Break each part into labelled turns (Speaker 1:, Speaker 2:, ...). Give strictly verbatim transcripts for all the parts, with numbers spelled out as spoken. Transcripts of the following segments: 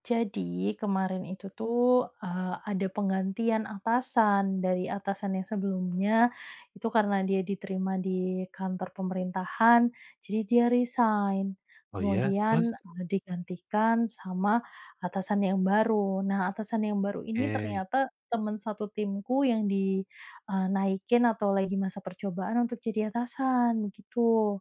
Speaker 1: Jadi kemarin itu tuh, eee, ada penggantian atasan dari atasan yang sebelumnya, itu karena dia diterima di kantor pemerintahan, jadi dia resign.
Speaker 2: Oh iya? Terus?
Speaker 1: Kemudian, eee, digantikan sama atasan yang baru. Nah, atasan yang baru ini
Speaker 2: Oke,
Speaker 1: ternyata teman satu timku yang dinaikin atau lagi masa percobaan untuk jadi atasan, begitu.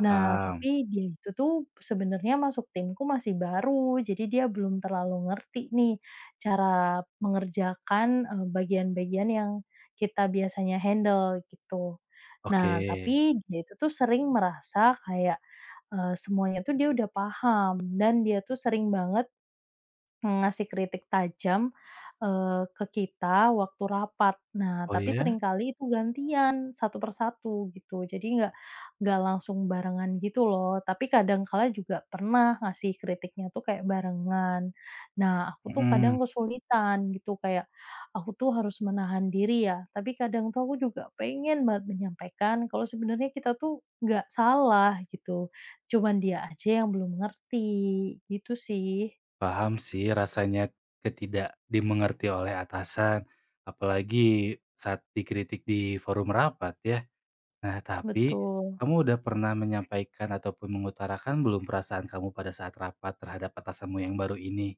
Speaker 1: Nah, tapi dia itu tuh sebenarnya masuk timku masih baru, jadi dia belum terlalu ngerti nih cara mengerjakan, eee, bagian-bagian yang kita biasanya handle gitu.
Speaker 2: Oke.
Speaker 1: Nah, tapi dia itu tuh sering merasa kayak, eee, semuanya tuh dia udah paham dan dia tuh sering banget ngasih kritik tajam, eee, ke kita waktu rapat. Nah,
Speaker 2: Oh
Speaker 1: tapi
Speaker 2: iya?
Speaker 1: seringkali itu gantian, satu per satu gitu. Jadi nggak nggak langsung barengan gitu loh, tapi kadang kala juga pernah ngasih kritiknya tuh kayak barengan. Nah, aku tuh kadang
Speaker 2: Mhm.
Speaker 1: kesulitan gitu, kayak aku tuh harus menahan diri ya, tapi kadang tuh aku juga pengen banget menyampaikan kalau sebenarnya kita tuh nggak salah gitu, cuman dia aja yang belum ngerti, gitu sih.
Speaker 2: Paham sih rasanya ketidak dimengerti oleh atasan, apalagi saat dikritik di forum rapat ya. Nah, tapi
Speaker 1: Betul.
Speaker 2: kamu udah pernah menyampaikan ataupun mengutarakan belum perasaan kamu pada saat rapat terhadap atasanmu yang baru ini?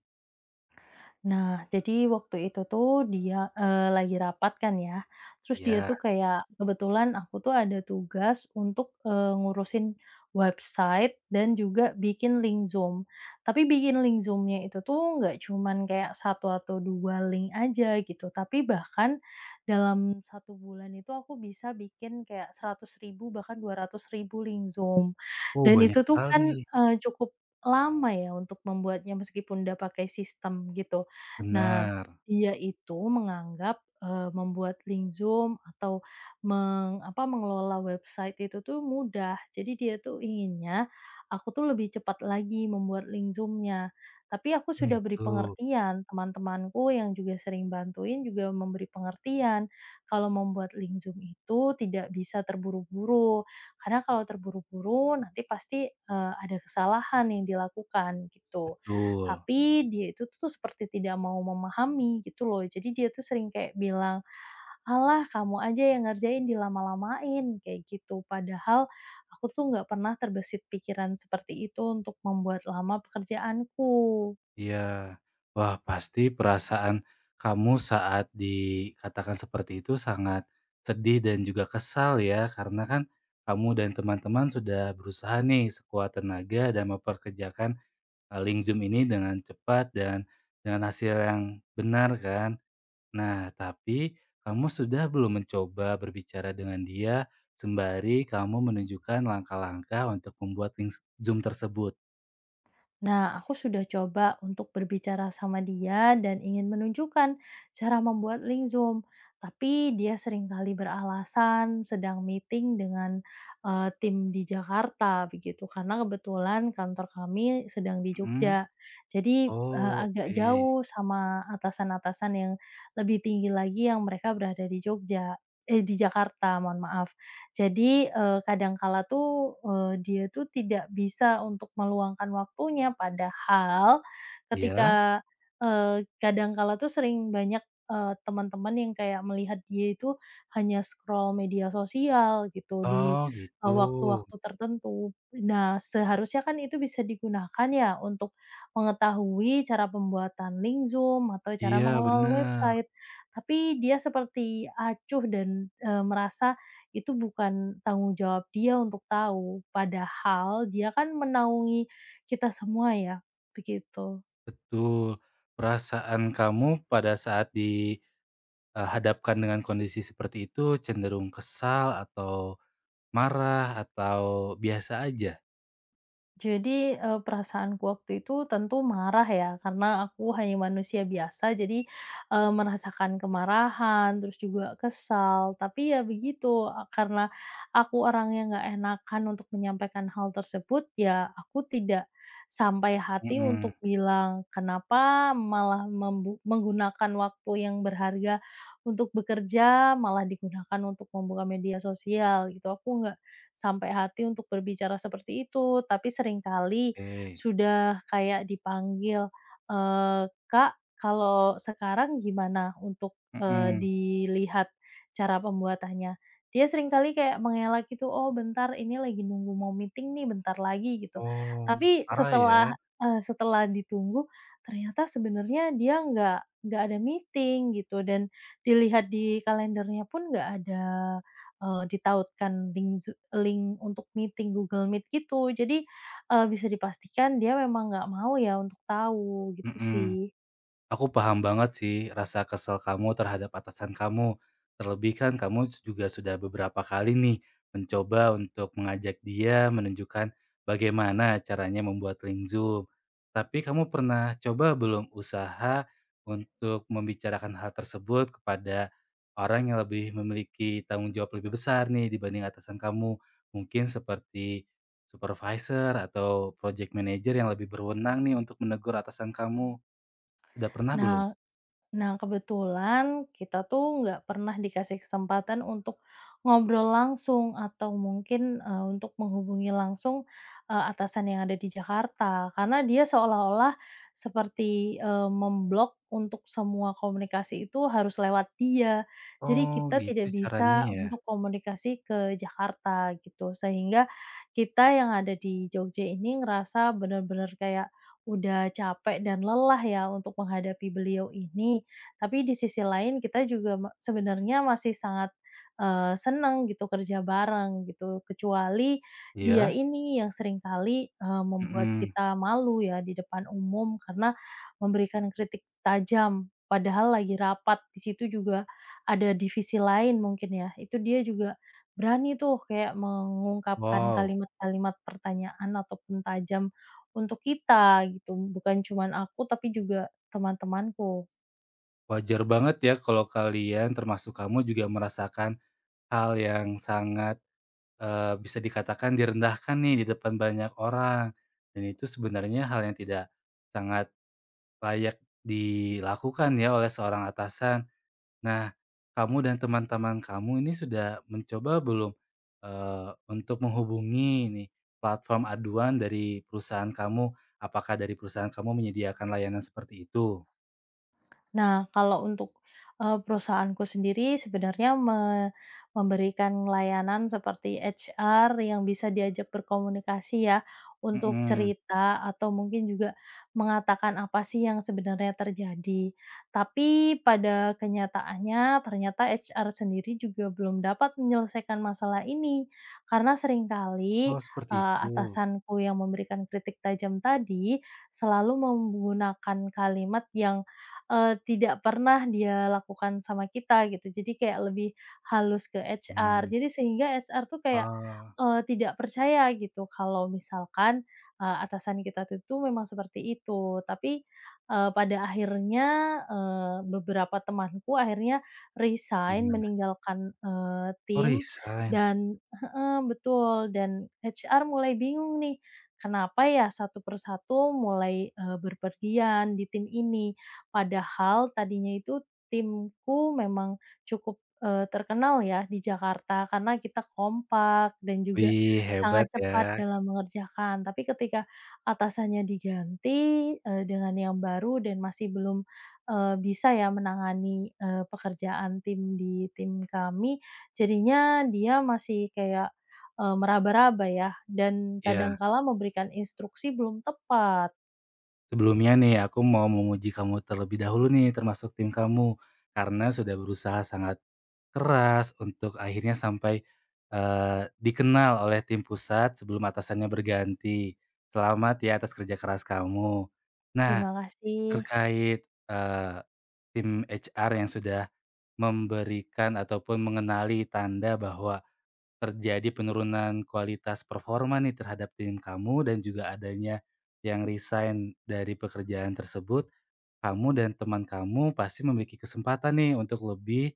Speaker 1: Nah, jadi waktu itu tuh dia, eee, lagi rapat kan ya, terus dia
Speaker 2: Ya?
Speaker 1: tuh kayak kebetulan aku tuh ada tugas untuk, eee, ngurusin website dan juga bikin link Zoom. Tapi bikin link Zoom-nya itu tuh nggak cuman kayak satu atau dua link aja gitu, tapi bahkan dalam satu bulan itu aku bisa bikin kayak seratus ribu bahkan dua ratus ribu link Zoom.
Speaker 2: Oh,
Speaker 1: Dan
Speaker 2: banyak
Speaker 1: itu tuh kan,
Speaker 2: sekali.
Speaker 1: eee, cukup lama ya untuk membuatnya meskipun udah pakai sistem gitu. Nah,
Speaker 2: Benar.
Speaker 1: dia itu menganggap, eee, membuat link Zoom atau meng apa, mengelola website itu tuh mudah. Jadi dia tuh inginnya, aku tuh lebih cepat lagi membuat link Zoom-nya. Tapi aku
Speaker 2: Oh,
Speaker 1: sudah beri
Speaker 2: gitu.
Speaker 1: pengertian, teman-temanku yang juga sering bantuin juga memberi pengertian, kalau membuat link Zoom itu tidak bisa terburu-buru. Karena kalau terburu-buru nanti pasti, eee, ada kesalahan yang dilakukan, gitu.
Speaker 2: Betul.
Speaker 1: Tapi dia itu tuh seperti tidak mau memahami gitu loh. Jadi dia tuh sering kayak bilang, "Alah kamu aja yang ngerjain, dilama-lamain," kayak gitu. Padahal aku tuh nggak pernah terbesit pikiran seperti itu untuk membuat lama pekerjaanku.
Speaker 2: Iya. Wah, pasti perasaan kamu saat dikatakan seperti itu sangat sedih dan juga kesal ya, karena kan kamu dan teman-teman sudah berusaha nih sekuat tenaga dan memperkerjakan, eee, link Zoom ini dengan cepat dan dengan hasil yang benar kan. Nah, tapi kamu sudah belum mencoba berbicara dengan dia, sembari kamu menunjukkan langkah-langkah untuk membuat link Zoom tersebut?
Speaker 1: Nah, aku sudah coba untuk berbicara sama dia dan ingin menunjukkan cara membuat link Zoom, tapi dia seringkali beralasan sedang meeting dengan eh, tim di Jakarta begitu karena kebetulan kantor kami sedang di
Speaker 2: Mhm.
Speaker 1: Jogja. Jadi eh,
Speaker 2: Oh,
Speaker 1: agak
Speaker 2: oke.
Speaker 1: jauh sama atasan-atasan yang lebih tinggi lagi yang mereka berada di Jogja, eh di Jakarta, mohon maaf. Jadi, eee, kadangkala tuh, eee, dia tuh tidak bisa untuk meluangkan waktunya, padahal
Speaker 2: Iya?
Speaker 1: ketika, eee, kadangkala tuh sering banyak, eee, teman-teman yang kayak melihat dia itu hanya scroll media sosial gitu di,
Speaker 2: Oh gitu,
Speaker 1: eee, waktu-waktu tertentu. Nah, seharusnya kan itu bisa digunakan ya untuk mengetahui cara pembuatan link Zoom atau cara
Speaker 2: iya
Speaker 1: mengelola
Speaker 2: benar,
Speaker 1: website, tapi dia seperti acuh dan, eee, merasa itu bukan tanggung jawab dia untuk tahu, padahal dia kan menaungi kita semua ya, begitu.
Speaker 2: betul. Perasaan kamu pada saat dihadapkan dengan kondisi seperti itu cenderung kesal atau marah atau biasa aja?
Speaker 1: Jadi, eee, perasaanku waktu itu tentu marah ya, karena aku hanya manusia biasa, jadi, eee, merasakan kemarahan, terus juga kesal. Tapi ya begitu, eee, karena aku orangnya nggak enakan untuk menyampaikan hal tersebut, ya aku tidak sampai hati
Speaker 2: Mhm,
Speaker 1: untuk bilang, "Kenapa malah membu menggunakan waktu yang berharga untuk bekerja, malah digunakan untuk membuka media sosial?" Gitu, aku nggak sampai hati untuk berbicara seperti itu, tapi seringkali
Speaker 2: oke,
Speaker 1: sudah kayak dipanggil, eee, "Kak, kalau sekarang gimana untuk, eee,
Speaker 2: mhm.
Speaker 1: dilihat cara pembuatannya?" Dia seringkali kayak mengelak gitu, "Oh bentar, ini lagi nunggu mau meeting nih, bentar lagi," gitu.
Speaker 2: Oh,
Speaker 1: Tapi
Speaker 2: parah ya?
Speaker 1: setelah, eee, setelah ditunggu, ternyata sebenarnya dia nggak nggak ada meeting gitu dan dilihat di kalendernya pun nggak ada. Eee, ditautkan link Zo link untuk meeting Google Meet gitu. Jadi, eee, bisa dipastikan dia memang nggak mau ya untuk tahu, gitu
Speaker 2: Mhm.
Speaker 1: sih.
Speaker 2: Aku paham banget sih rasa kesel kamu terhadap atasan kamu. Terlebih kan kamu juga sudah beberapa kali nih mencoba untuk mengajak dia menunjukkan bagaimana caranya membuat link Zoom. Tapi kamu pernah coba belum usaha untuk membicarakan hal tersebut kepada orang yang lebih memiliki tanggung jawab lebih besar nih dibanding atasan kamu. Mungkin seperti supervisor atau project manager yang lebih berwenang nih untuk menegur atasan kamu. Sudah pernah belum?
Speaker 1: Nah Nah, kebetulan kita tuh nggak pernah dikasih kesempatan untuk ngobrol langsung atau mungkin, eee, untuk menghubungi langsung, eee, atasan yang ada di Jakarta. Karena dia seolah-olah seperti, eee, memblok untuk semua komunikasi itu harus lewat dia. Jadi
Speaker 2: Oh,
Speaker 1: kita
Speaker 2: gitu
Speaker 1: tidak
Speaker 2: caranya
Speaker 1: bisa
Speaker 2: ya?
Speaker 1: untuk komunikasi ke Jakarta gitu, sehingga kita yang ada di Jogja ini ngerasa benar-benar kayak udah capek dan lelah ya untuk menghadapi beliau ini. Tapi di sisi lain kita juga ma sebenarnya masih sangat, eee, senang gitu kerja bareng gitu, kecuali dia
Speaker 2: Iya?
Speaker 1: ini yang seringkali, eee, membuat
Speaker 2: Mhm.
Speaker 1: kita malu ya di depan umum karena memberikan kritik tajam, padahal lagi rapat, di situ juga ada divisi lain mungkin ya. Itu dia juga berani tuh kayak mengungkapkan
Speaker 2: Wow,
Speaker 1: kalimat-kalimat pertanyaan ataupun tajam untuk kita gitu, bukan cuman aku tapi juga teman-temanku.
Speaker 2: wajar banget ya kalau kalian, termasuk kamu juga merasakan hal yang sangat, eee, bisa dikatakan direndahkan nih di depan banyak orang, dan itu sebenarnya hal yang tidak sangat layak dilakukan ya oleh seorang atasan. Nah, kamu dan teman-teman kamu ini sudah mencoba belum, eee, untuk menghubungi nih platform aduan dari perusahaan kamu? Apakah dari perusahaan kamu menyediakan layanan seperti itu?
Speaker 1: Nah, kalau untuk, eee, perusahaanku sendiri sebenarnya me memberikan layanan seperti H R yang bisa diajak berkomunikasi ya, untuk
Speaker 2: Mhm.
Speaker 1: cerita atau mungkin juga mengatakan apa sih yang sebenarnya terjadi. Tapi pada kenyataannya ternyata H R sendiri juga belum dapat menyelesaikan masalah ini, karena seringkali,
Speaker 2: Oh, seperti
Speaker 1: eee,
Speaker 2: itu.
Speaker 1: atasanku yang memberikan kritik tajam tadi selalu menggunakan kalimat yang eee, tidak pernah dia lakukan sama kita gitu. Jadi kayak lebih halus ke H R.
Speaker 2: Gimana?
Speaker 1: Jadi sehingga H R tuh kayak,
Speaker 2: Ah,
Speaker 1: eee, tidak percaya gitu kalau misalkan, eee, atasan kita tu tuh memang seperti itu. Tapi, eee, pada akhirnya, eee, beberapa temanku akhirnya resign
Speaker 2: gimana?
Speaker 1: meninggalkan, eee,
Speaker 2: Oh,
Speaker 1: tim
Speaker 2: resign.
Speaker 1: dan heeh, betul dan H R mulai bingung nih, kenapa ya satu persatu mulai, eee, berpergian di tim ini. Padahal tadinya itu timku memang cukup, eee, terkenal ya di Jakarta karena kita kompak dan juga
Speaker 2: Wih, hebat
Speaker 1: sangat
Speaker 2: ya.
Speaker 1: cepat dalam mengerjakan. Tapi ketika atasannya diganti, eee, dengan yang baru dan masih belum, eee, bisa ya menangani, eee, pekerjaan tim di tim kami, jadinya dia masih kayak, eee, meraba-raba ya dan
Speaker 2: Ya.
Speaker 1: kadang kala memberikan instruksi belum tepat.
Speaker 2: Sebelumnya nih, aku mau memuji kamu terlebih dahulu nih, termasuk tim kamu, karena sudah berusaha sangat keras untuk akhirnya sampai, eee, dikenal oleh tim pusat sebelum atasannya berganti. Selamat ya atas kerja keras kamu.
Speaker 1: Terima
Speaker 2: Nah,
Speaker 1: kasih.
Speaker 2: terkait, eee, tim H R yang sudah memberikan ataupun mengenali tanda bahwa terjadi penurunan kualitas performa nih terhadap tim kamu dan juga adanya yang resign dari pekerjaan tersebut, kamu dan teman kamu pasti memiliki kesempatan nih untuk lebih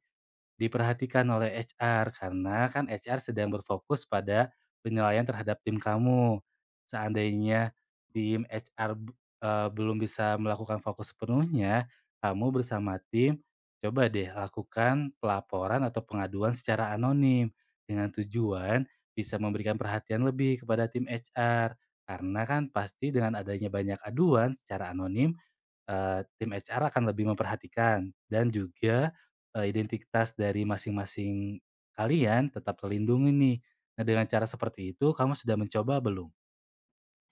Speaker 2: diperhatikan oleh H R, karena kan H R sedang berfokus pada penilaian terhadap tim kamu. Seandainya tim H R, b eee, belum bisa melakukan fokus sepenuhnya, kamu bersama tim coba deh lakukan pelaporan atau pengaduan secara anonim, dengan tujuan bisa memberikan perhatian lebih kepada tim H R. Karena kan pasti dengan adanya banyak aduan secara anonim, Eee, tim H R akan lebih memperhatikan dan juga, eee, identitas dari masing-masing kalian tetap terlindungi nih. Nah, dengan cara seperti itu kamu sudah mencoba belum?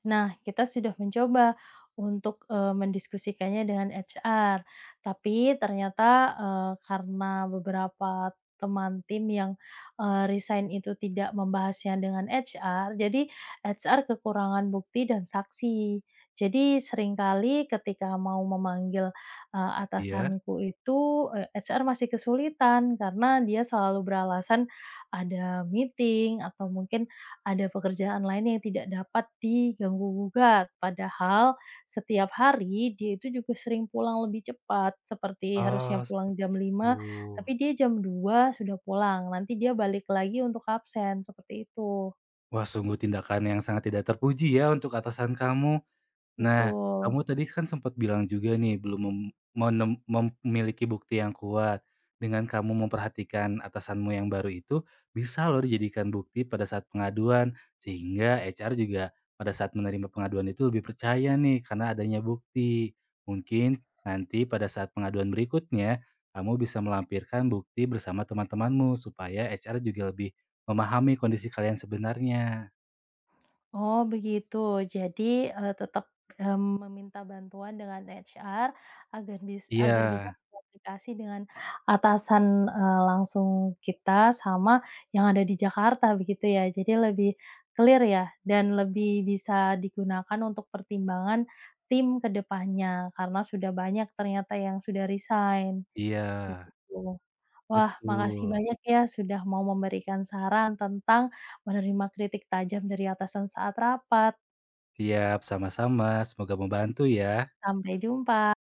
Speaker 1: Nah, kita sudah mencoba untuk, eee, mendiskusikannya dengan H R, tapi ternyata, eee, karena beberapa teman tim yang, eee, resign itu tidak membahasnya dengan H R, jadi H R kekurangan bukti dan saksi. Jadi seringkali ketika mau memanggil, eee,
Speaker 2: Iya.
Speaker 1: atasanku itu, eee, H R masih kesulitan karena dia selalu beralasan ada meeting atau mungkin ada pekerjaan lain yang tidak dapat diganggu-gugat, padahal setiap hari dia itu juga sering pulang lebih cepat, seperti harusnya
Speaker 2: Oh,
Speaker 1: pulang
Speaker 2: seperti
Speaker 1: jam lima,
Speaker 2: itu.
Speaker 1: tapi dia jam dua sudah pulang, nanti dia balik lagi untuk absen, seperti itu.
Speaker 2: Wah, sungguh tindakan yang sangat tidak terpuji ya untuk atasan kamu. Nah,
Speaker 1: Betul.
Speaker 2: kamu tadi kan sempat bilang juga nih belum mem menem mem memiliki bukti yang kuat. Dengan kamu memperhatikan atasanmu yang baru itu, bisa loh dijadikan bukti pada saat pengaduan. Sehingga H R juga pada saat menerima pengaduan itu lebih percaya nih karena adanya bukti. Mungkin nanti pada saat pengaduan berikutnya, kamu bisa melampirkan bukti bersama teman-temanmu supaya H R juga lebih memahami kondisi kalian sebenarnya.
Speaker 1: Oh begitu. Jadi, eee, tetap, mmm, meminta bantuan dengan H R agar bis
Speaker 2: Iya,
Speaker 1: agar bisa komunikasi dengan atasan, eee, langsung kita sama yang ada di Jakarta begitu ya. Jadi lebih clear ya dan lebih bisa digunakan untuk pertimbangan tim ke depannya karena sudah banyak ternyata yang sudah resign,
Speaker 2: iya,
Speaker 1: begitu. Wah, makasih
Speaker 2: betul.
Speaker 1: banyak ya sudah mau memberikan saran tentang menerima kritik tajam dari atasan saat rapat.
Speaker 2: Siap, sama-sama. Semoga membantu ya.
Speaker 1: Sampai jumpa.